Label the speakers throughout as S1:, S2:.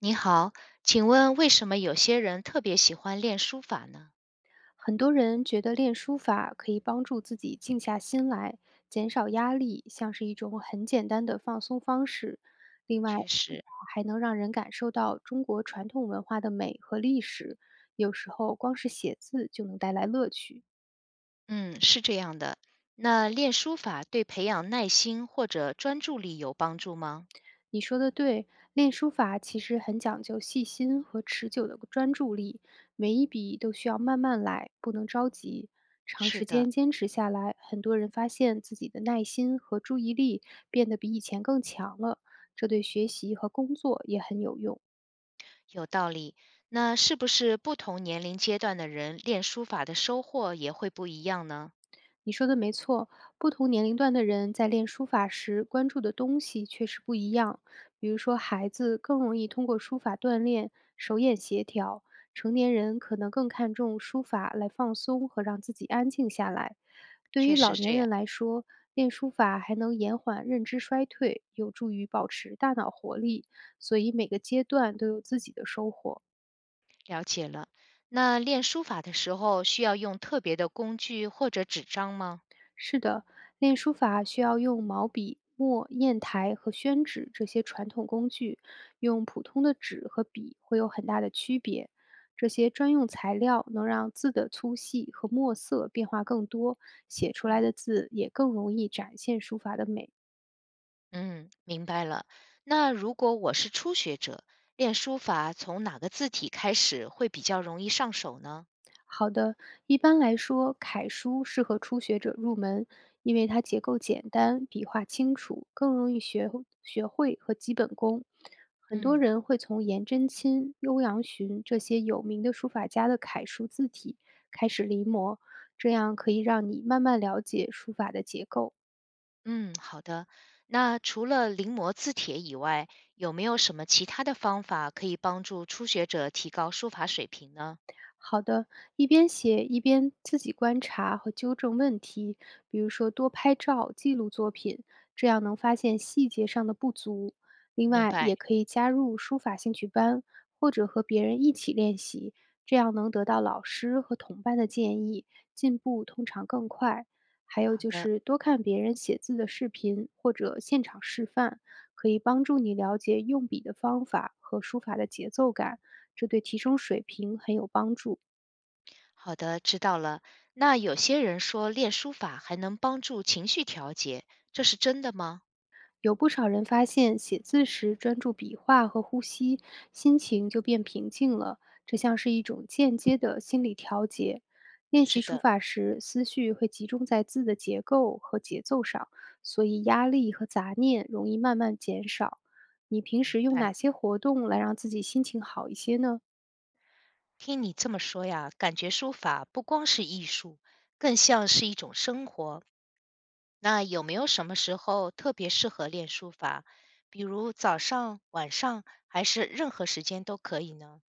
S1: 你好，请问为什么有些人特别喜欢练书法呢？
S2: 很多人觉得练书法可以帮助自己静下心来，减少压力，像是一种很简单的放松方式。另外，书
S1: 确实，
S2: 法还能让人感受到中国传统文化的美和历史，有时候光是写字就能带来乐趣。
S1: 嗯，是这样的。那练书法对培养耐心或者专注力有帮助吗？
S2: 你说的对，练书法其实很讲究细心和持久的专注力，每一笔都需要慢慢来，不能着急。长
S1: 是
S2: 时
S1: 的，
S2: 间坚持下来，很多人发现自己的耐心和注意力变得比以前更强了，这对学习和工作也很有用。
S1: 有道理。那是不是不同年龄阶段的人练书法的收获也会不一样呢？
S2: 你说的没错，不同年龄段的人在练书法时关注的东西确实不一样。比如说，孩子更容易通过书法锻炼手眼协调，成年人可能更看重书法来放松和让自己安静下来。对
S1: 确
S2: 于
S1: 实
S2: 老年
S1: 这样，
S2: 人来说，练书法还能延缓认知衰退，有助于保持大脑活力，所以每个阶段都有自己的收获。
S1: 了解了。那练书法的时候需要用特别的工具或者纸张吗？
S2: 是的，练书法需要用毛笔、墨、砚台和宣纸这些传统工具，用普通的纸和笔会有很大的区别。这些专用材料能让字的粗细和墨色变化更多，写出来
S1: 嗯。
S2: 的字也更容易展现书法的美。
S1: 嗯，明白了。那如果我是初学者，练书法从哪个字体开始会比较容易上手呢？
S2: 好的，一般来说，楷书适合初学者入门，因为它结构简单，笔画清楚，更容易学会和基本功。很多
S1: 嗯，
S2: 人会从颜真卿、欧阳询这些有名的书法家的楷书字体开始临摹，这样可以让你慢慢了解书法的结构。
S1: 嗯，好的。那除了临摹字帖以外，有没有什么其他的方法可以帮助初学者提高书法水平呢？
S2: 好的，一边写一边自己观察和纠正问题，比如说多拍照记录作品，这样能发现细节上的不足。另
S1: 明
S2: 外，
S1: 白，
S2: 也可以加入书法兴趣班，或者和别人一起练习，这样能得到老师和同伴的建议，进步通常更快。还有
S1: 好
S2: 就
S1: 的，
S2: 是多看别人写字的视频或者现场示范，可以帮助你了解用笔的方法和书法的节奏感。这对提升水平很有帮助。
S1: 好的，知道了。那有些人说练书法还能帮助情绪调节，这是真的吗？
S2: 有不少人发现，写字时专注笔画和呼吸，心情就变平静了，这像是一种间接的心理调节。练
S1: 是
S2: 习书
S1: 的，
S2: 法时，思绪会集中在字的结构和节奏上，所以压力和杂念容易慢慢减少。你平
S1: 明
S2: 时用哪
S1: 白。
S2: 些活动来让自己心情好一些呢？
S1: 听你这么说呀，感觉书法不光是艺术，更像是一种生活。那有没有什么时候特别适合练书法？比如早上、晚上，还是任何时间都可以呢？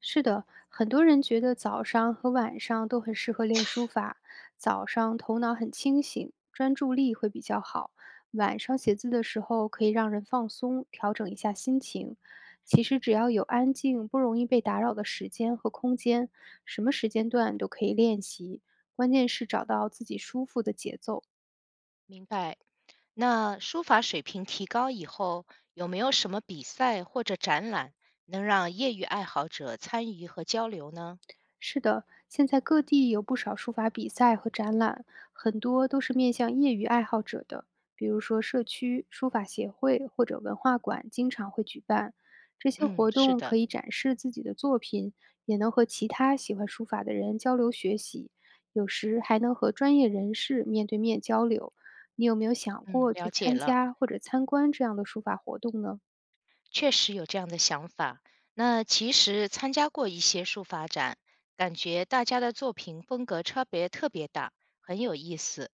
S2: 是的，很多人觉得早上和晚上都很适合练书法。早上头脑很清醒，专注力会比较好；晚上写字的时候可以让人放松，调整一下心情。其
S1: 有
S2: 实只
S1: 道
S2: 要
S1: 理，
S2: 有安静、不容易被打扰的时间和空间，什么时间段都可以练习。关键是找到自己舒服的节奏。
S1: 明白。那书法水平提高以后，有没有什么比赛或者展览能让业余爱好者参与和交流呢？
S2: 是的，现在各地有不少书法比赛和展览，很多都是面向业余爱好者的，比如说社区书法协会或者文化馆经常会举办。这些
S1: 嗯，
S2: 活
S1: 是
S2: 动
S1: 的，
S2: 可以展示自己的作品，也能和其他喜欢书法的人交流学习，有时还能和专业人士面对面交流。你有没有想
S1: 嗯，
S2: 过去
S1: 了解
S2: 参
S1: 了。
S2: 加或者参观这样的书法活动呢？
S1: 确实有这样的想法。那其实参加过一些书法展，感觉大家的作品风格差别特别大，很有意思。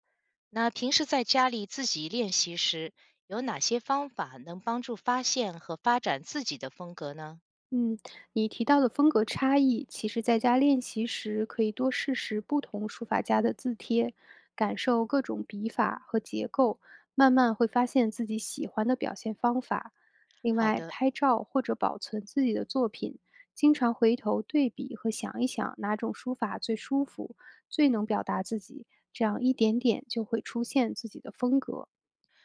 S1: 那平时在家里自己练习时，有哪些方法能帮助发现和发展自己的风格呢？
S2: 嗯，你提到的风格差异，其实在家练习时可以多试试不同书法家的字帖，感受各种笔法和结构，慢慢会发现自己喜欢的表现方法。另
S1: 好
S2: 外，
S1: 的，
S2: 拍照或者保存自己的作品，经常回头对比和想一想哪种书法最舒服，最能表达自己，这样一点点就会出现自己的风格。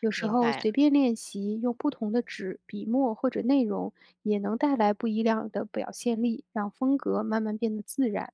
S2: 有时
S1: 明
S2: 候
S1: 白
S2: 随便练习，用不同的纸、笔墨或者内容，也能带来不一样的表现力，让风格慢慢变得自然。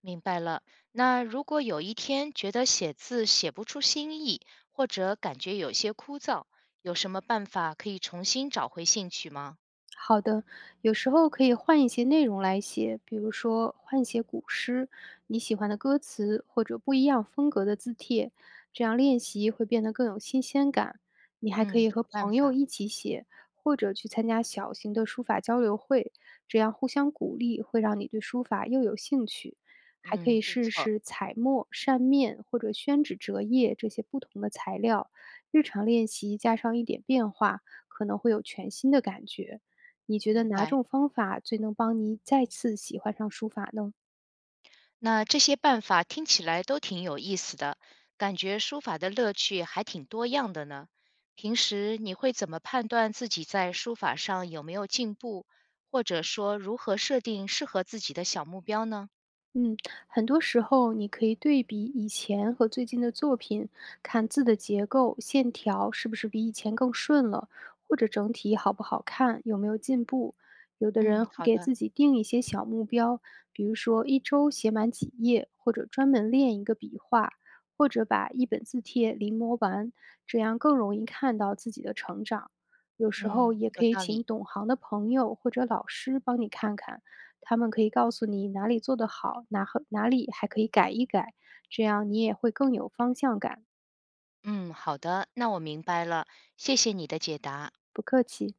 S1: 明白了那如果有一天觉得写字写不出新意，或者感觉有些枯燥，有什么办法可以重新找回兴趣吗？
S2: 好的，有时候可以换一些内容来写，比如说换写古诗，你喜欢的歌词或者不一样风格的字帖，这样练习会变得更有新鲜感。你还可
S1: 嗯，
S2: 以和
S1: 好办
S2: 朋友
S1: 法。
S2: 一起写，或者去参加小型的书法交流会，这样互相鼓励会让你对书法又有兴趣。还可
S1: 嗯，
S2: 以
S1: 不
S2: 试
S1: 错。
S2: 试彩墨、扇面或者宣纸折页这些不同的材料，日常练习加上一点变化，可能会有全新的感觉。你觉得
S1: 明
S2: 哪
S1: 白，
S2: 种方法最能帮你再次喜欢上书法呢？
S1: 那这些办法听起来都挺有意思的，感觉书法的乐趣还挺多样的呢。平时你会怎么判断自己在书法上有没有进步，或者说如何设定适合自己的小目标呢？
S2: 嗯，很多时候你可以对比以前和最近的作品，看字的结构、线条是不是比以前更顺了，或者整体好不好看，有没有进步。有的
S1: 嗯，
S2: 人会
S1: 好
S2: 给
S1: 的，
S2: 自己定一些小目标，比如说一周写满几页，或者专门练一个笔画，或者把一本字帖临摹完，这样更容易看到自己的成长。有时候
S1: 嗯，
S2: 也
S1: 有
S2: 可以
S1: 道
S2: 请
S1: 理，
S2: 懂行的朋友或者老师帮你看看。他们可以告诉你哪里做得好，哪里还可以改一改，这样你也会更有方向感。
S1: 嗯，好的，那我明白了，谢谢你的解答。
S2: 不客气。